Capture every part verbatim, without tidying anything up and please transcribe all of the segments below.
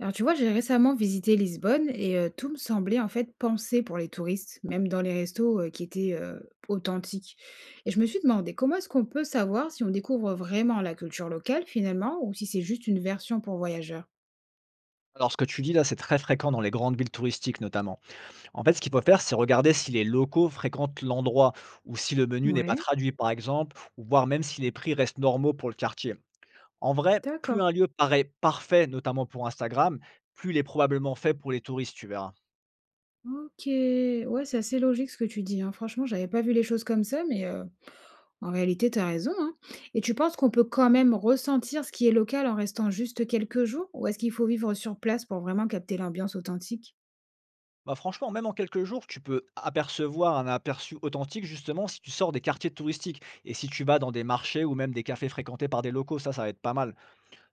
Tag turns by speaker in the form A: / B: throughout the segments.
A: Alors tu vois, j'ai récemment visité Lisbonne et euh, tout me semblait en fait pensé pour les touristes, même dans les restos euh, qui étaient euh, authentiques. Et je me suis demandé comment est-ce qu'on peut savoir si on découvre vraiment la culture locale finalement ou si c'est juste une version pour voyageurs.
B: Alors, ce que tu dis là, c'est très fréquent dans les grandes villes touristiques notamment. En fait, ce qu'il faut faire, c'est regarder si les locaux fréquentent l'endroit ou si le menu n'est pas
A: Ouais,
B: traduit, par exemple, ou voir même si les prix restent normaux pour le quartier. En vrai, plus
A: d'accord.
B: un lieu paraît parfait, notamment pour Instagram, plus il est probablement fait pour les touristes, tu verras.
A: Ok, ouais, c'est assez logique ce que tu dis, hein. Franchement, j'avais pas vu les choses comme ça, mais euh, en réalité, tu as raison, hein. Et tu penses qu'on peut quand même ressentir ce qui est local en restant juste quelques jours ou est-ce qu'il faut vivre sur place pour vraiment capter l'ambiance authentique?
B: Bah franchement, même en quelques jours, tu peux apercevoir un aperçu authentique justement si tu sors des quartiers touristiques et si tu vas dans des marchés ou même des cafés fréquentés par des locaux, ça, ça va être pas mal.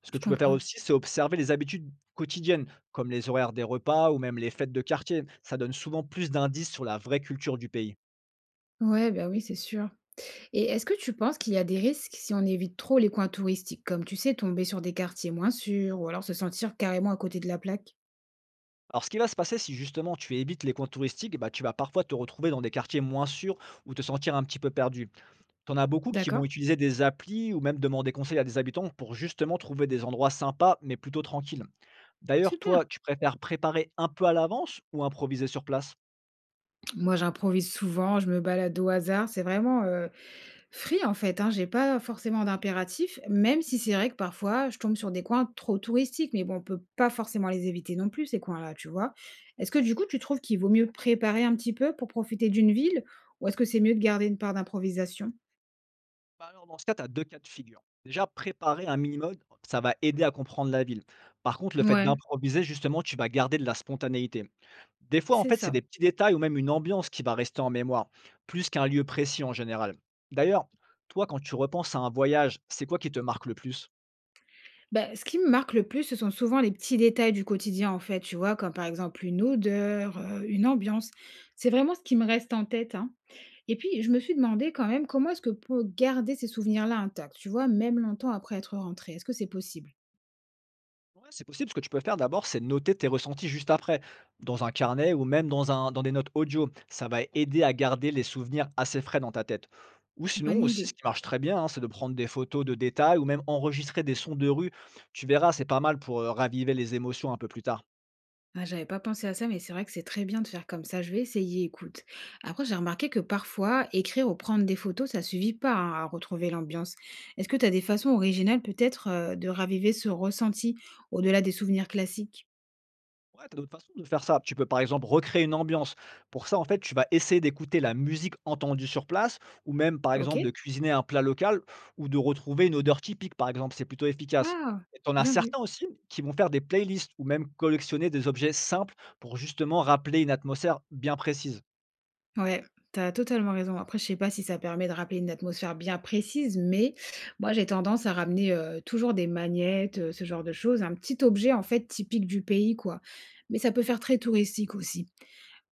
B: Ce que
A: Je
B: tu peux faire
A: comprends.
B: aussi, c'est observer les habitudes quotidiennes, comme les horaires des repas ou même les fêtes de quartier. Ça donne souvent plus d'indices sur la vraie culture du pays.
A: Ouais, bah, oui, c'est sûr. Et est-ce que tu penses qu'il y a des risques si on évite trop les coins touristiques, comme tu sais, tomber sur des quartiers moins sûrs ou alors se sentir carrément à côté de la plaque?
B: Alors, ce qui va se passer si justement tu évites les coins touristiques, bah, tu vas parfois te retrouver dans des quartiers moins sûrs ou te sentir un petit peu perdu. T'en as beaucoup qui vont
A: D'accord,
B: utiliser des applis ou même demander conseil à des habitants pour justement trouver des endroits sympas mais plutôt tranquilles. D'ailleurs,
A: super.
B: toi, tu préfères préparer un peu à l'avance ou improviser sur place?
A: Moi, j'improvise souvent, je me balade au hasard, c'est vraiment euh, free en fait, hein, j'ai pas forcément d'impératif, même si c'est vrai que parfois je tombe sur des coins trop touristiques, mais bon, on peut pas forcément les éviter non plus, ces coins-là, tu vois. Est-ce que du coup, tu trouves qu'il vaut mieux préparer un petit peu pour profiter d'une ville, ou est-ce que c'est mieux de garder une part d'improvisation?
B: Bah, alors dans ce cas, tu as deux cas de figure. Déjà, préparer un mini-mode, ça va aider à comprendre la ville. Par contre, le fait
A: Ouais,
B: d'improviser, justement, tu vas garder de la spontanéité. Des fois, en
A: c'est
B: fait, c'est des
A: ça.
B: petits détails ou même une ambiance qui va rester en mémoire, plus qu'un lieu précis en général. D'ailleurs, toi, quand tu repenses à un voyage, c'est quoi qui te marque le plus?
A: Ben, ce qui me marque le plus, ce sont souvent les petits détails du quotidien, en fait, tu vois, comme par exemple une odeur, euh, une ambiance. C'est vraiment ce qui me reste en tête, hein. Et puis, je me suis demandé quand même comment est-ce que pour garder ces souvenirs-là intacts, tu vois, même longtemps après être rentré, est-ce que c'est possible?
B: Ouais, c'est possible. Ce que tu peux faire d'abord, c'est noter tes ressentis juste après, dans un carnet ou même dans un, dans des notes audio. Ça va aider à garder les souvenirs assez frais dans ta tête. Ou sinon
A: Bonne
B: aussi, ce
A: idée.
B: qui marche très bien, hein, c'est de prendre des photos de détails ou même enregistrer des sons de rue. Tu verras, c'est pas mal pour euh, raviver les émotions un peu plus tard.
A: Ah, j'avais pas pensé à ça, mais c'est vrai que c'est très bien de faire comme ça. Je vais essayer, écoute. Après, j'ai remarqué que parfois, écrire ou prendre des photos, ça suffit pas hein, à retrouver l'ambiance. Est-ce que tu as des façons originales peut-être euh, de raviver ce ressenti au-delà des souvenirs classiques?
B: Ouais, tu as d'autres façons de faire ça. Tu peux par exemple recréer une ambiance. Pour ça, en fait, tu vas essayer d'écouter la musique entendue sur place ou même par
A: Ok?
B: exemple de cuisiner un plat local ou de retrouver une odeur typique par exemple. C'est plutôt efficace.
A: Ah,
B: Et t'en as
A: bien vu.
B: certains aussi qui vont faire des playlists ou même collectionner des objets simples pour justement rappeler une atmosphère bien précise.
A: Ouais, t'as totalement raison. Après, je sais pas si ça permet de rappeler une atmosphère bien précise, mais moi, j'ai tendance à ramener euh, toujours des magnettes, euh, ce genre de choses, un petit objet en fait typique du pays, quoi. Mais ça peut faire très touristique aussi.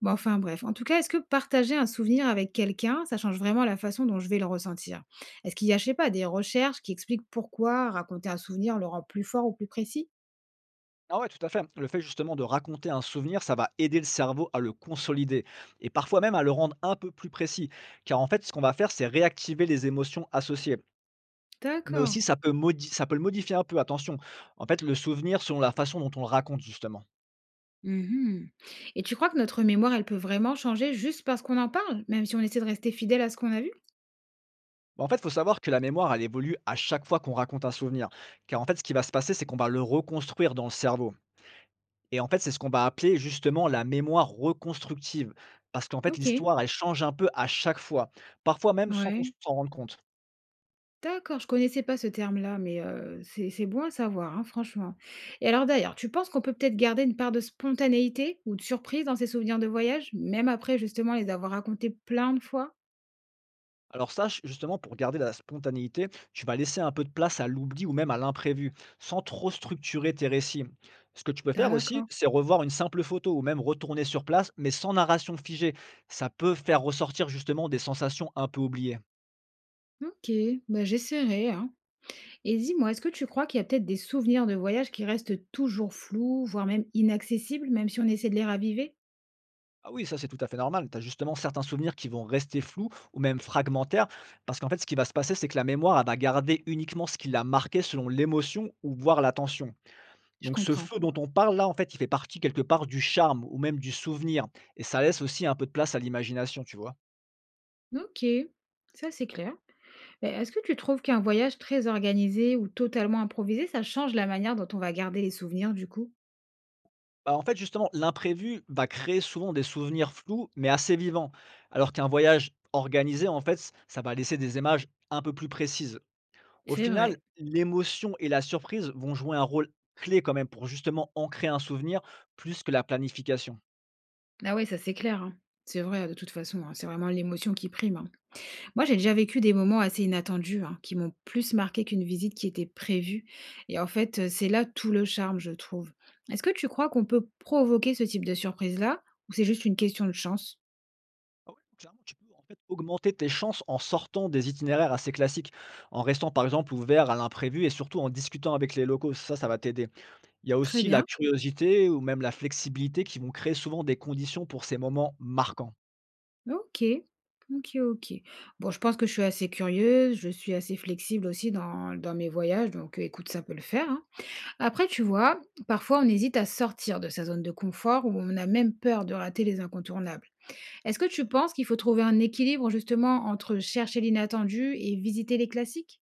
A: Bon, enfin bref. En tout cas, est-ce que partager un souvenir avec quelqu'un, ça change vraiment la façon dont je vais le ressentir? Est-ce qu'il y a, je sais pas, des recherches qui expliquent pourquoi raconter un souvenir le rend plus fort ou plus précis?
B: Ah ouais, tout à fait. Le fait justement de raconter un souvenir, ça va aider le cerveau à le consolider et parfois même à le rendre un peu plus précis. Car en fait, ce qu'on va faire, c'est réactiver les émotions associées. Mais
A: D'accord.
B: aussi ça peut modi ça peut le modifier un peu, attention. En fait, le souvenir selon la façon dont on le raconte justement.
A: Mhm. Et tu crois que notre mémoire, elle peut vraiment changer juste parce qu'on en parle, même si on essaie de rester fidèle à ce qu'on a vu?
B: Bah, en fait, il faut savoir que la mémoire, elle évolue à chaque fois qu'on raconte un souvenir. Car en fait, ce qui va se passer, c'est qu'on va le reconstruire dans le cerveau. Et en fait, c'est ce qu'on va appeler justement la mémoire reconstructive. Parce qu'en fait,
A: Ok.
B: l'histoire, elle change un peu à chaque fois, parfois même sans qu'on
A: Ouais.
B: s'en rende compte.
A: D'accord, je connaissais pas ce terme-là, mais heu, c'est c'est bon à savoir, hein, franchement. Et alors d'ailleurs, tu penses qu'on peut peut-être garder une part de spontanéité ou de surprise dans ses souvenirs de voyage, même après justement les avoir racontés plein de fois?
B: Alors ça, ch Justement, pour garder la spontanéité, tu vas laisser un peu de place à l'oubli ou même à l'imprévu, sans trop structurer tes récits. Ce que tu peux faire aussi,
A: D'accord.
B: c'est revoir une simple photo ou même retourner sur place, mais sans narration figée. Ça peut faire ressortir justement des sensations un peu oubliées.
A: OK, bah, j'essaierai, hein. Et dis-moi, est-ce que tu crois qu'il y a peut-être des souvenirs de voyage qui restent toujours flous, voire même inaccessibles, même si on essaie de les raviver?
B: Ah oui, ça c'est tout à fait normal. Tu as justement certains souvenirs qui vont rester flous ou même fragmentaires, parce qu'en fait, ce qui va se passer, c'est que la mémoire, elle va garder uniquement ce qui l'a marqué selon l'émotion ou voire la tension.
A: Je
B: Donc ce
A: comprends.
B: feu dont on parle là, en fait, il fait partie quelque part du charme ou même du souvenir et ça laisse aussi un peu de place à l'imagination, tu vois?
A: OK, ça c'est clair. Mais est-ce que tu trouves qu'un voyage très organisé ou totalement improvisé, ça change la manière dont on va garder les souvenirs du coup?
B: Bah, en fait, justement, l'imprévu va créer souvent des souvenirs flous mais assez vivants, alors qu'un voyage organisé, en fait, ça va laisser des images un peu plus précises. Au
A: C'est
B: final,
A: vrai.
B: l'émotion et la surprise vont jouer un rôle clé quand même pour justement ancrer un souvenir plus que la planification.
A: Ah ouais, ça c'est clair, hein. C'est vrai, de toute façon, hein, c'est vraiment l'émotion qui prime, hein. Moi, j'ai déjà vécu des moments assez inattendus, hein, qui m'ont plus marqué qu'une visite qui était prévue. Et en fait, euh, c'est là tout le charme, je trouve. Est-ce que tu crois qu'on peut provoquer ce type de surprise-là, ou c'est juste une question de chance?
B: Ah ouais, clairement, tu peux en fait augmenter tes chances en sortant des itinéraires assez classiques, en restant par exemple ouvert à l'imprévu et surtout en discutant avec les locaux. Ça, ça va t'aider. Il y a
A: Très
B: aussi la
A: bien.
B: curiosité ou même la flexibilité qui vont créer souvent des conditions pour ces moments marquants.
A: OK. OK, OK. Bon, je pense que je suis assez curieuse, je suis assez flexible aussi dans dans mes voyages, donc heu, écoute, ça peut le faire, hein. Après, tu vois, parfois, on hésite à sortir de sa zone de confort ou on a même peur de rater les incontournables. Est-ce que tu penses qu'il faut trouver un équilibre, justement, entre chercher l'inattendu et visiter les classiques?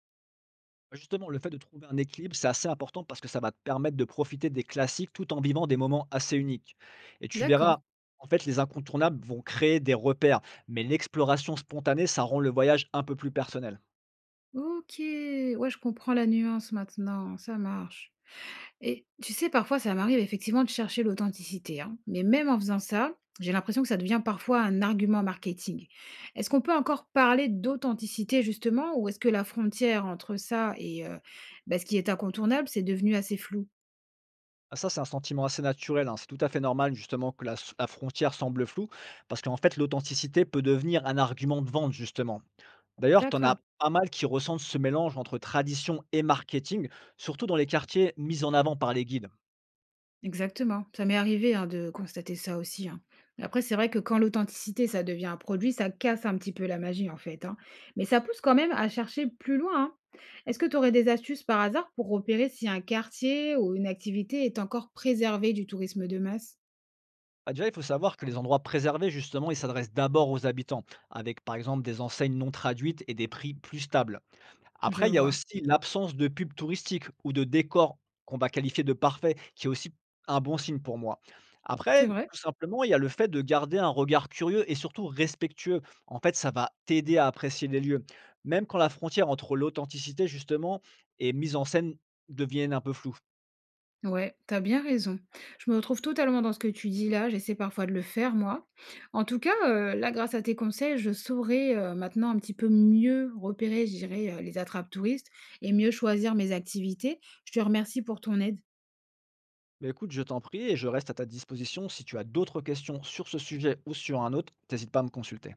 B: Bah, justement, le fait de trouver un équilibre, c'est assez important parce que ça va te permettre de profiter des classiques tout en vivant des moments assez uniques. Et tu
A: D'accord.
B: verras, en fait, les incontournables vont créer des repères, mais l'exploration spontanée, ça rend le voyage un peu plus personnel.
A: OK. Ouais, je comprends la nuance maintenant, ça marche. Et tu sais, parfois, ça m'arrive effectivement de chercher l'authenticité, hein. Mais même en faisant ça, j'ai l'impression que ça devient parfois un argument marketing. Est-ce qu'on peut encore parler d'authenticité justement, ou est-ce que la frontière entre ça et euh, bah, ce qui est incontournable, c'est devenu assez flou?
B: Ah ça, c'est un sentiment assez naturel, hein. C'est tout à fait normal justement que la s la frontière semble floue parce qu'en fait l'authenticité peut devenir un argument de vente justement. D'ailleurs, tu en as
A: D'accord.
B: pas mal qui ressentent ce mélange entre tradition et marketing, surtout dans les quartiers mis en avant par les guides.
A: Exactement, ça m'est arrivé, hein, de constater ça aussi, hein. Après, c'est vrai que quand l'authenticité, ça devient un produit, ça casse un petit peu la magie, en fait, hein. Mais ça pousse quand même à chercher plus loin, hein. Est-ce que tu aurais des astuces par hasard pour repérer si un quartier ou une activité est encore préservée du tourisme de masse?
B: Bah, déjà, il faut savoir que les endroits préservés justement, ils s'adressent d'abord aux habitants avec par exemple des enseignes non traduites et des prix plus stables.
A: Je
B: Après, il y a
A: vois,
B: aussi l'absence de pubs touristiques ou de décors qu'on va qualifier de parfaits, qui est aussi un bon signe pour moi.
A: c'est
B: Après,
A: vrai.
B: tout simplement, il y a le fait de garder un regard curieux et surtout respectueux. En fait, ça va t'aider à apprécier les lieux, même quand la frontière entre l'authenticité justement et mise en scène deviennent un peu floue.
A: Ouais, t'as bien raison. Je me retrouve totalement dans ce que tu dis là, j'essaie parfois de le faire moi. En tout cas, heu, là grâce à tes conseils, je saurai, heu, maintenant un petit peu mieux repérer, je dirais, heu, les attrapes touristes et mieux choisir mes activités. Je te remercie pour ton aide.
B: Mais écoute, je t'en prie et je reste à ta disposition. Si tu as d'autres questions sur ce sujet ou sur un autre, n'hésite pas à me consulter.